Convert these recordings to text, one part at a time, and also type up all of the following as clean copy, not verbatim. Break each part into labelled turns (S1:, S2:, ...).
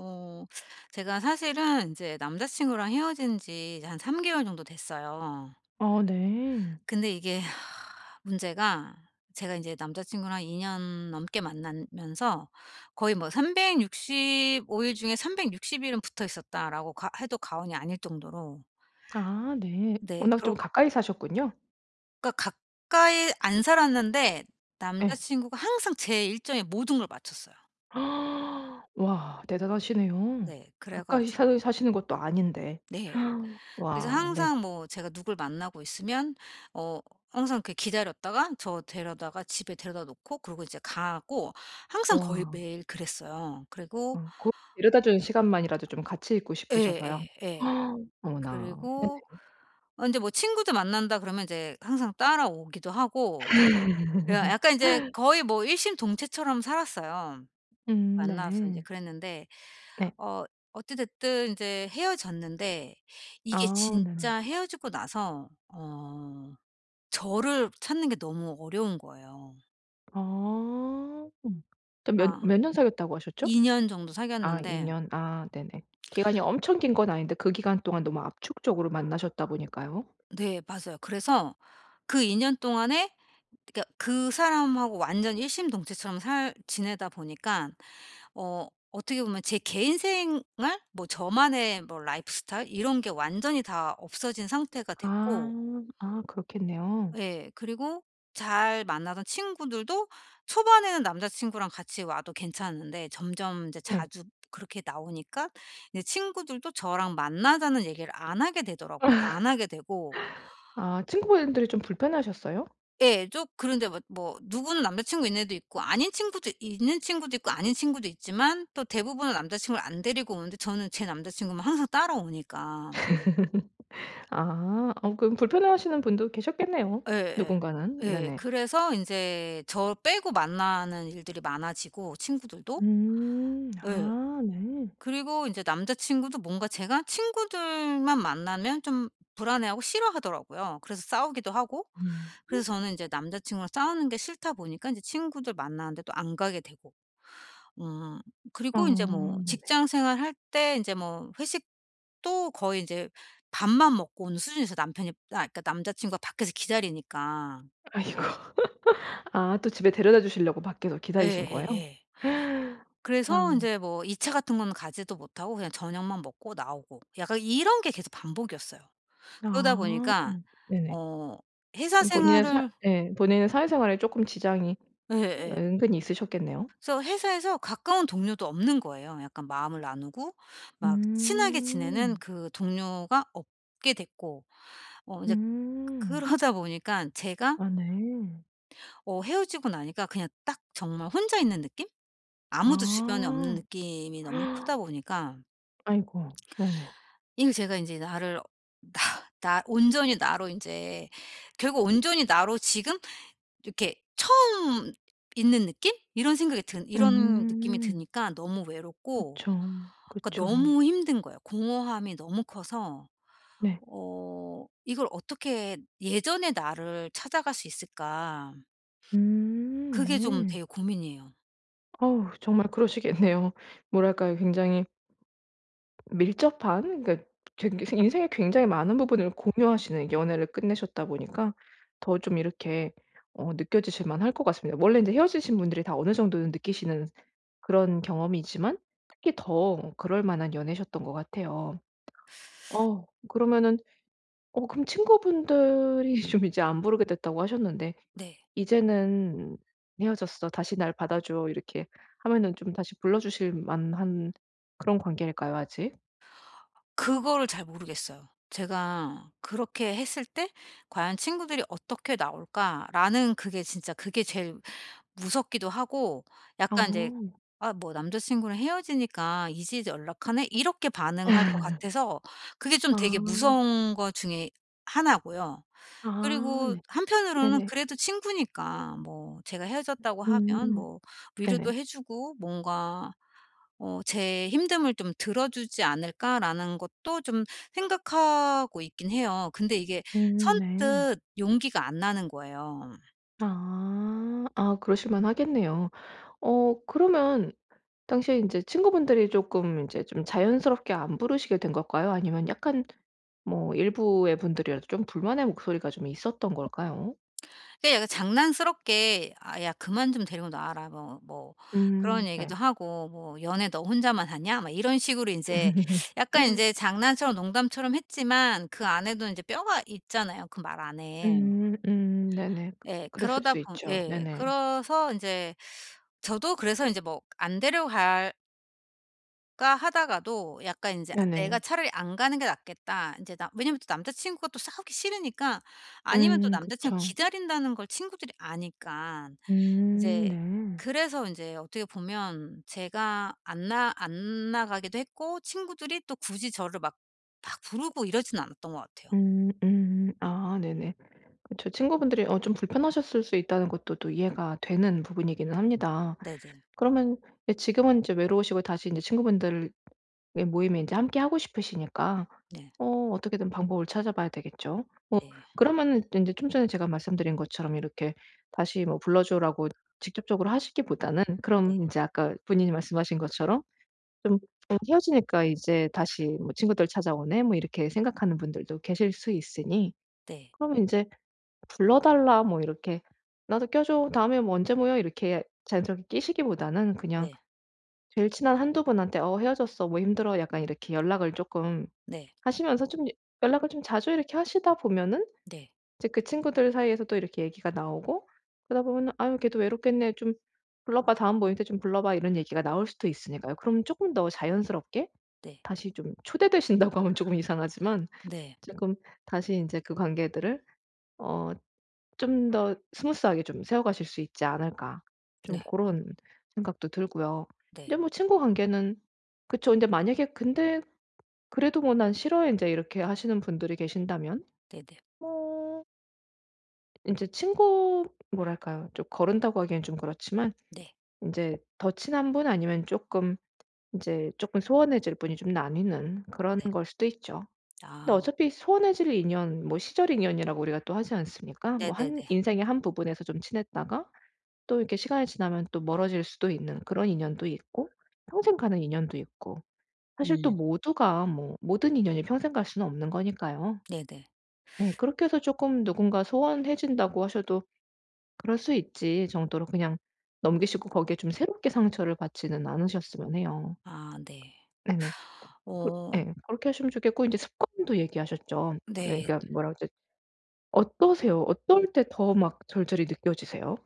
S1: 어 제가 사실은 이제 남자 친구랑 헤어진 지한3개월 개월 정도 됐어요.
S2: 어 네.
S1: 근데 이게 문제가 제가 이제 남자 친구랑 2년 년 넘게 만나면서 거의 뭐 "365일 일 중에 360일 일은 붙어 있었다."라고 해도 과언이 아닐 정도로,
S2: 아 네.
S1: 네,
S2: 워낙
S1: 그러
S2: 좀
S1: 니
S2: 가까이 사셨군요.
S1: 까 가까이 안 살았는데 남자
S2: 예.
S1: 친구가 항상 제 일정에 모든 걸 맞췄어요.
S2: 와 대단하시네요.
S1: 네. 그래
S2: 가까이
S1: 가지 고.
S2: 사 사시는 것도 아닌데.
S1: 네. 그래서
S2: 와 네.
S1: 항상 뭐 제가 누굴 만나고 있으면 어 항상 그 기다렸다가 저 데려다가 집에 데려다 놓고, 그리고 이제 가고, 항상 거의
S2: 와.
S1: 매일 그랬어요. 그리고
S2: 어 고 데려다 주는 시간만이라도 좀 같이 있고 싶으셔서요.
S1: 예, 예예.
S2: 어머나. 네네.
S1: 그리고 인제 뭐 친구들 만난다 그러면 이제 항상 따라오기도 하고, 예, 약간 이 제 거의 뭐 일심동체처럼 살았어요. 만나서 인제
S2: 네.
S1: 그랬는데
S2: 네.
S1: 어 어찌 됐든 인제 헤어졌는데, 이게
S2: 아 네네.
S1: 진짜 헤어지고 나서 저를 찾는 게 너무 어려운 거예요.
S2: 아. 음. 좀몇
S1: 아,
S2: 몇 년 사귀었다고 하셨죠?
S1: 2년 정도
S2: 아 2
S1: 사귀었는데.
S2: 년. 아 네네. 기간이 엄청 긴 건 아닌데 그 기간 동안 너무 압축적으로 만나셨다 보니까요.
S1: 네, 맞아요. 그래서 그 2년 동안에 그러니까 그 사람하고 완전 일심동체처럼 살 지내다 보니까 어떻게 보면 제 개인 생활, 뭐 저만의 뭐 라이프 스타일 이런 게 완전히 다 없어진 상태가 됐고,
S2: 아. 아 그렇겠네요.
S1: 예. 그리고 잘 만나던 친구들도 초반에는 남자 친구랑 같이 와도 괜찮은데, 점점 이제
S2: 네.
S1: 자주 그렇게 나오니까 이제 친구들도 저랑 만나자는 얘기를 안 하게 되고.
S2: 아 친구분들이 좀 불편하셨어요?
S1: 예, 좀. 그런데 뭐 누구는 남자 친구 있는 애도 있고 아닌 친구도 있는 친구도 있고 아닌 친구도 있지만, 또 대부분은 남자 친구를 안 데리고 오는데 저는 제 남자 친구만 항상 따라오니까.
S2: 아. 어 그럼 불편해하시는 분도 계셨겠네요,
S1: 예예.
S2: 누군가는.
S1: 예. 예.
S2: 네네.
S1: 그래서 인제 저 빼고 만나는 일들이 많아지고, 친구들도.
S2: 음.
S1: 예.
S2: 아 네.
S1: 그리고 이제 남자친구도 뭔가 제가 친구들만 만나면 좀 불안해하고 싫어하더라고요. 그래서 싸우기도 하고.
S2: 음.
S1: 그래서 저는 이제 남자친구랑 싸우는 게 싫다 보니까 이제 친구들 만나는데 또 안 가게 되고. 음
S2: 아
S1: 그리고 이제 뭐
S2: 네네.
S1: 직장 생활할 때 이제 뭐 회식도 거의 이제 밥만 먹고 오는 수준에서, 남편이, 아 그러니까 남자친구가 밖에서 기다리니까.
S2: 아이고. 아 또 집에 데려다 주시려고 밖에서 기다리신 거예요?
S1: 예예예. 그래서 이
S2: 아.
S1: 제뭐 2차 같은 건 가지도 못하고 그냥 저녁만 먹고 나오고, 약간 이런 게 계속 반복이었어요. 그러다
S2: 아.
S1: 보니까
S2: 네네.
S1: 어 회사
S2: 좀 본인의 사
S1: 생활을
S2: 네, 본인의 사회생활에 조금 지장이
S1: 예예.
S2: 은근히 있으셨겠네요.
S1: 그래서 회사에서 가까운 동료도 없는 거예요. 약간 마음을 나누고 막 친하게 지내는
S2: 음.
S1: 그 동료가 없게 됐고, 인제
S2: 음.
S1: 그러다 보니깐 제가
S2: 아 네.
S1: 헤어지고 나니까 그냥 딱 정말 혼자 있는 느낌? 아무도 주변에 없는
S2: 아.
S1: 느낌이 너무 크다 보니까
S2: 아이고. 네네.
S1: 이게 제가 인제 나를 나 온전히 나로 인제, 결국 온전히 나로 지금 이렇게 처음 있는 느낌? 이런 생각이 든 이런 느낌이
S2: 음.
S1: 드니까 너무 외롭고,
S2: 그쵸.
S1: 그러니까
S2: 그쵸.
S1: 너무 힘든 거예요. 공허함이 너무 커서
S2: 네.
S1: 이걸 어떻게 예전의 나를 찾아갈 수 있을까? 그게 좀
S2: 네.
S1: 되게 고민이에요.
S2: 어우 정말 그러시겠네요. 뭐랄까요? 굉장히 밀접한 그러니까 되게 인생의 굉장히 많은 부분을 공유하시는 연애를 끝내셨다 보니까 더 좀 이렇게 어 느껴지실 만할 것 같습니다. 원래 이제 헤어지신 분들이 다 어느 정도는 느끼시는 그런 경험이지만 특히 더 그럴 만한 연애셨던 것 같아요. 어 그러면은 어 그럼 친구분들이 좀 이제 안 부르게 됐다고 하셨는데
S1: 네.
S2: "이제는 헤어졌어. 다시 날 받아줘." 이렇게 하면은 좀 다시 불러주실 만한 그런 관계일까요 아직?
S1: 그거를 잘 모르겠어요. 제가 그렇게 했을 때 과연 친구들이 어떻게 나올까라는, 그게 제일 무섭기도 하고, 약간 이제
S2: 어.
S1: '아 뭐 남자친구랑 헤어지니까 이제 연락하네?' 이렇게 반응할 것 같아서 그게 좀 되게
S2: 아.
S1: 무서운 거 중에 하나고요.
S2: 아
S1: 그리고
S2: 네.
S1: 한편으로는
S2: 네네.
S1: 그래도 친구니까 뭐 제가 헤어졌다고 하면
S2: 음.
S1: 뭐 위로도
S2: 네네.
S1: 해 주고 뭔가 '제 힘듦을 좀 들어주지 않을까?'라는 것도 좀 생각하고 있긴 해요. 근데 이게
S2: 네.
S1: 선뜻 용기가 안 나는 거예요.
S2: 아. 아 그러실 만하겠네요. 어 그러면 당시에 인제 친구분들이 쪼끔 인제 좀 자연스럽게 안 부르시게 된 걸까요? 아니면 약간 뭐 일부의 분들이라도 좀 불만의 목소리가 좀 있었던 걸까요?
S1: 그 약간 장난스럽게 "아 야 그만 좀 데리고 나와라." 뭐 그런 얘기도
S2: 네.
S1: 하고, 뭐 "연애 너 혼자만 하냐?" 막 이런 식으로 인제 약간 인제 장난처럼 농담처럼 했지만 그 안에도 인제 뼈가 있잖아요, 그 말 안에.
S2: 네네.
S1: 예.
S2: 그랬을
S1: 그러다
S2: 수
S1: 보
S2: 있죠.
S1: 예.
S2: 네네.
S1: 그래서 인제 뭐 '안 데려갈까?' 하다가도 약간 인제 '아 내가
S2: 네네.
S1: 차라리 안 가는 게 낫겠다.' 인제 나, 왜냐면 또 남자 친구가 또 싸우기 싫으니까. 아니면 또 남자 친구
S2: 그쵸.
S1: 기다린다는 걸 친구들이 아니까. 이제
S2: 네.
S1: 그래서 인제 어떻게 보면 제가 안 나가기도 했고 친구들이 또 굳이 저를 막 부르고 이러진 않았던 것 같아요.
S2: 아 네네. 그쵸. 친구분들이 어 좀 불편하셨을 수 있다는 것도 또 이해가 되는 부분이기는 합니다.
S1: 네네.
S2: 그러면 예 지금은 이제 외로우시고 다시 인제 친구분들 예 모임에 이제 함께 하고 싶으시니까
S1: 네.
S2: 어 어떻게든 방법을 찾아봐야 되겠죠. 뭐
S1: 네.
S2: 그러면은 이제 좀 전에 제가 말씀드린 것처럼 이렇게 다시 뭐 불러 줘라고 직접적으로 하시기보다는
S1: 네.
S2: 그럼 이제 아까 본인이 말씀하신 것처럼 좀 어 헤어지니까 이제 다시 뭐 '친구들 찾아오네.' 뭐 이렇게 생각하는 분들도 계실 수 있으니
S1: 네.
S2: 그러면 이제 "불러 달라." 뭐 이렇게 "나도 껴 줘. 다음에 뭐 언제 모여?" 이렇게 자연스럽게 끼시기보다는 그냥
S1: 네.
S2: 제일 친한 한두 분한테 "어 헤어졌어. 뭐 힘들어." 약간 이렇게 연락을 조금
S1: 네.
S2: 하시면서 좀 연락을 좀 자주 이렇게 하시다 보면은
S1: 네.
S2: 이제 그 친구들 사이에서도 이렇게 얘기가 나오고 그러다 보면은 "아유 걔도 외롭겠네. 좀 불러 봐. 다음 모임 때 좀 불러 봐." 이런 얘기가 나올 수도 있으니까요. 그럼 조금 더 자연스럽게
S1: 네.
S2: 다시 좀 초대되신다고 하면 조금 이상하지만
S1: 네.
S2: 조금 다시 이제 그 관계들을 어 좀 더 스무스하게 좀 세워가실 수 있지 않을까. 좀
S1: 네.
S2: 그런 생각도 들고요.
S1: 네.
S2: 근데 뭐 친구 관계는 그쵸. 근데 만약에 근데 그래도 뭐 "난 싫어." 인제 이렇게 하시는 분들이 계신다면
S1: 네네. 네.
S2: 뭐 인제 친구 뭐랄까요? 좀 거른다고 하기엔 좀 그렇지만
S1: 네.
S2: 인제 더 친한 분 아니면 쪼끔 인제 쪼끔 소원해질 분이 좀 나뉘는 그런
S1: 네.
S2: 걸 수도 있죠. 근데
S1: 아,
S2: 어차피 소원해질 인연 뭐 시절 인연이라고 우리가 또 하지 않습니까? 뭐 한
S1: 네네네.
S2: 인생의 한 부분에서 좀 친했다가 또 이렇게 시간이 지나면 또 멀어질 수도 있는 그런 인연도 있고 평생 가는 인연도 있고 사실 또
S1: 음,
S2: 모두가 뭐 모든 인연이 평생 갈 수는 없는 거니까요.
S1: 네네.
S2: 네 그렇게 해서 쪼끔 누군가 소원해진다고 하셔도 그럴 수 있지 정도로 그냥 넘기시고 거기에 좀 새롭게 상처를 받지는 않으셨으면 해요.
S1: 아, 네.
S2: 네네. 그
S1: 어,
S2: 예. 그렇게 하시면 좋겠고 이제 습관도 얘기하셨죠. 예
S1: 네.
S2: 그러니까 뭐라 그러지? 어떠세요? 어떨 때 더 막 절절히 느껴지세요?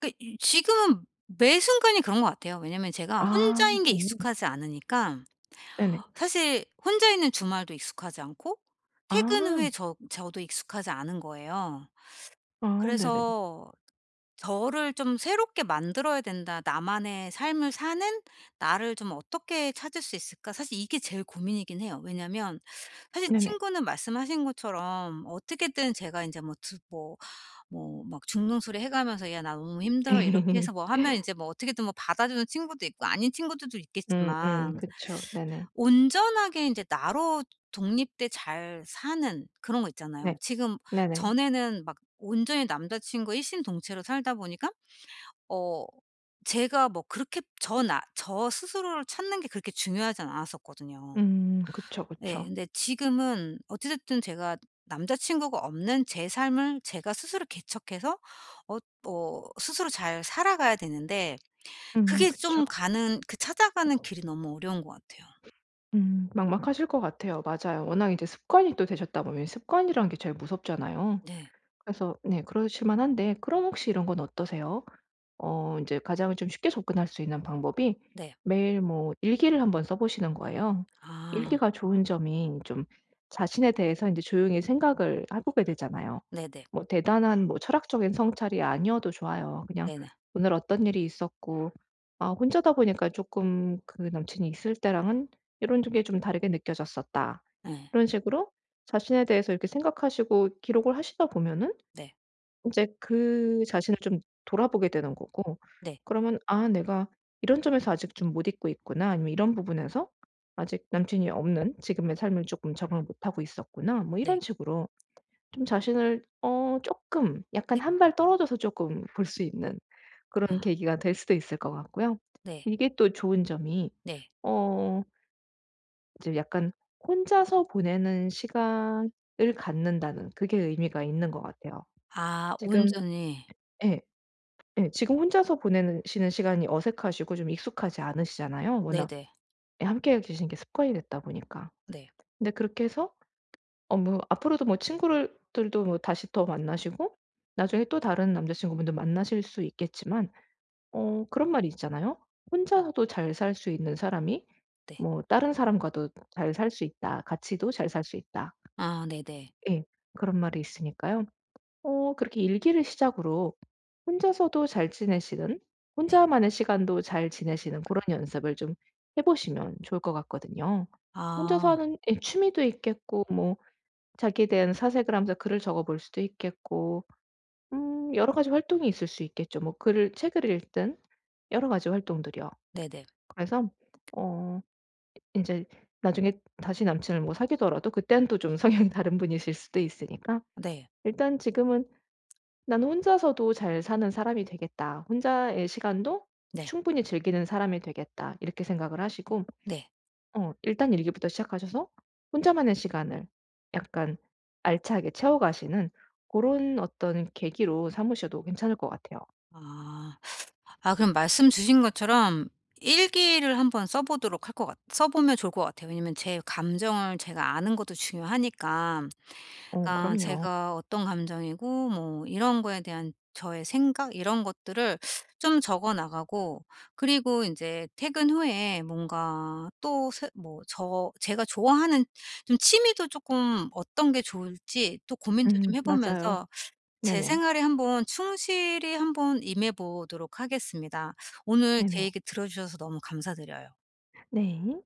S1: 그 이 지금은 매 순간이 그런 것 같아요. 왜냐면 제가
S2: 아
S1: 혼자인 게
S2: 네.
S1: 익숙하지 않으니까,
S2: 네네.
S1: 사실 혼자 있는 주말도 익숙하지 않고 퇴근
S2: 아.
S1: 후에 저도 익숙하지 않은 거예요.
S2: 아 네네.
S1: 그래서 저를 좀 새롭게 만들어야 된다. '나만의 삶을 사는 나를 좀 어떻게 찾을 수 있을까?' 사실 이게 제일 고민이긴 해요. 왜냐면 사실
S2: 네네.
S1: 친구는 말씀하신 것처럼 어떻게든 제가 이제뭐 드 뭐 막 중등소리 해 가면서 "야 나 너무 힘들어." 이렇게 해서 뭐 하면 이제 뭐 어떻게든 뭐 받아주는 친구도 있고 아닌 친구들도 있겠지만,
S2: 그쵸. 네네.
S1: 온전하게 이제 나로 독립돼 잘 사는 그런 거
S2: 네.
S1: 있잖아요. 지금.
S2: 네네.
S1: 전에는 막 온전히 남자 친구와 일심동체로 살다 보니까 어 제가 뭐 그렇게 저 나 저 스스로를 찾는 게 그렇게 중요하진 않았었거든요.
S2: 음. 그쵸,
S1: 예.
S2: 그쵸.
S1: 근데 지금은 어찌 됐든 제가 남자 친구가 없는 제 삶을 제가 스스로 개척해서 어 스스로 잘 살아가야 되는데, 그게 좀
S2: 그쵸.
S1: 가는 그 찾아가는 길이 너무 어려운 것 같아요.
S2: 막막하실 것 같아요. 맞아요. 워낙 이제 습관이 또 되셨다 보면 습관이란 게 제일 무섭잖아요.
S1: 네.
S2: 그래서 네 그러실 만한데 그럼 혹시 이런 건 어떠세요? 어 이제 가장 좀 쉽게 접근할 수 있는 방법이
S1: 네.
S2: 매일 뭐 일기를 한번 써 보시는 거예요.
S1: 아.
S2: 일기가 좋은 점이 좀 자신에 대해서 이제 조용히 생각을 해 보게 되잖아요.
S1: 네네.
S2: 뭐 대단한 뭐 철학적인 성찰이 아니어도 좋아요. 그냥
S1: 네네.
S2: 오늘 어떤 일이 있었고 아 혼자다 보니까 조금 그 남친이 있을 때랑은 이런 게 좀 다르게 느껴졌었다.
S1: 예.
S2: 이런 식으로 자신에 대해서 이렇게 생각하시고 기록을 하시다 보면은
S1: 네.
S2: 이제 그 자신을 좀 돌아보게 되는 거고
S1: 네.
S2: 그러면 '아 내가 이런 점에서 아직 좀 못 잊고 있구나.' 아니면 '이런 부분에서 아직 남친이 없는 지금의 삶을 쪼끔 적응을 못 하고 있었구나.' 뭐
S1: 네.
S2: 이런 식으로 좀 자신을 어 쪼끔 약간
S1: 네.
S2: 한 발 떨어져서 쪼끔 볼 수 있는
S1: 아,
S2: 그런 계기가 될 수도 있을 것 같고요.
S1: 네.
S2: 이게 또 좋은 점이
S1: 네.
S2: 어 이제 약간 혼자서 보내는 시간을 갖는다는 그게 의미가 있는 것 같아요.
S1: 아,
S2: 지금
S1: 온전히.
S2: 예. 예. 지금 혼자서 보내는 시는 시간이 어색하시고 좀 익숙하지 않으시잖아요. 워낙
S1: 네네.
S2: 예 함께 계시는 게 습관이 됐다 보니까.
S1: 네.
S2: 근데 그렇게 해서 어 뭐 앞으로도 뭐 친구 들도 뭐 다시 더 만나시고 나중에 또 다른 남자친구분도 만나실 수 있겠지만 어 그런 말이 있잖아요. "혼자서도 잘 살 수 있는 사람이
S1: 네.
S2: 뭐 다른 사람과도 잘 살 수 있다. 같이도 잘 살 수 있다."
S1: 아, 네네.
S2: 예. 그런 말이 있으니까요. 어 그렇게 일기를 시작으로 혼자서도 잘 지내시는
S1: 네.
S2: 혼자만의 시간도 잘 지내시는 그런 연습을 좀 해 보시면 좋을 것 같거든요. 혼자서
S1: 아,
S2: 하는 예 취미도 있겠고 뭐 자기에 대한 사색을 하면서 글을 적어 볼 수도 있겠고 여러 가지 활동이 있을 수 있겠죠. 뭐 글을 책을 읽든 여러 가지 활동들이요.
S1: 네네.
S2: 그래서 어 이제 나중에 다시 남친을 뭐 사귀더라도 그는또 좀 성향이 다른 분이실 수도 있으니까
S1: 네.
S2: 일단 지금은 '나는 혼자서도 잘 사는 사람이 되겠다. 혼자의 시간도
S1: 네.
S2: 충분히 즐기는 사람이 되겠다.' 이렇게 생각을 하시고
S1: 네.
S2: 어 일단 일기부터 시작하셔서 혼자만의 시간을 약간 알차게 채워가시는 그런 어떤 계기로 삼으셔도 괜찮을 것 같아요.
S1: 아. 아, 그럼 말씀 주신 것처럼 일기를 한번 써 보도록 할 것 같 써 보면 좋을 것 같아요. 왜냐면 제 감정을 제가 아는 것도 중요하니까.
S2: 어
S1: 그러니까
S2: 그럼요.
S1: 제가 어떤 감정이고 뭐 이런 거에 대한 저의 생각 이런 것들을 좀 적어 나가고, 그리고 인제 퇴근 후에 뭔가 또 새 뭐 제가 좋아하는 좀 취미도 쪼끔 어떤 게 좋을지 또 고민도 좀 해
S2: 맞아요.
S1: 보면서 제
S2: 네네.
S1: 생활에 한번 충실히 한번 임해 보도록 하겠습니다. 오늘 제
S2: 네네.
S1: 얘기 들어 주셔서 너무 감사드려요.
S2: 네.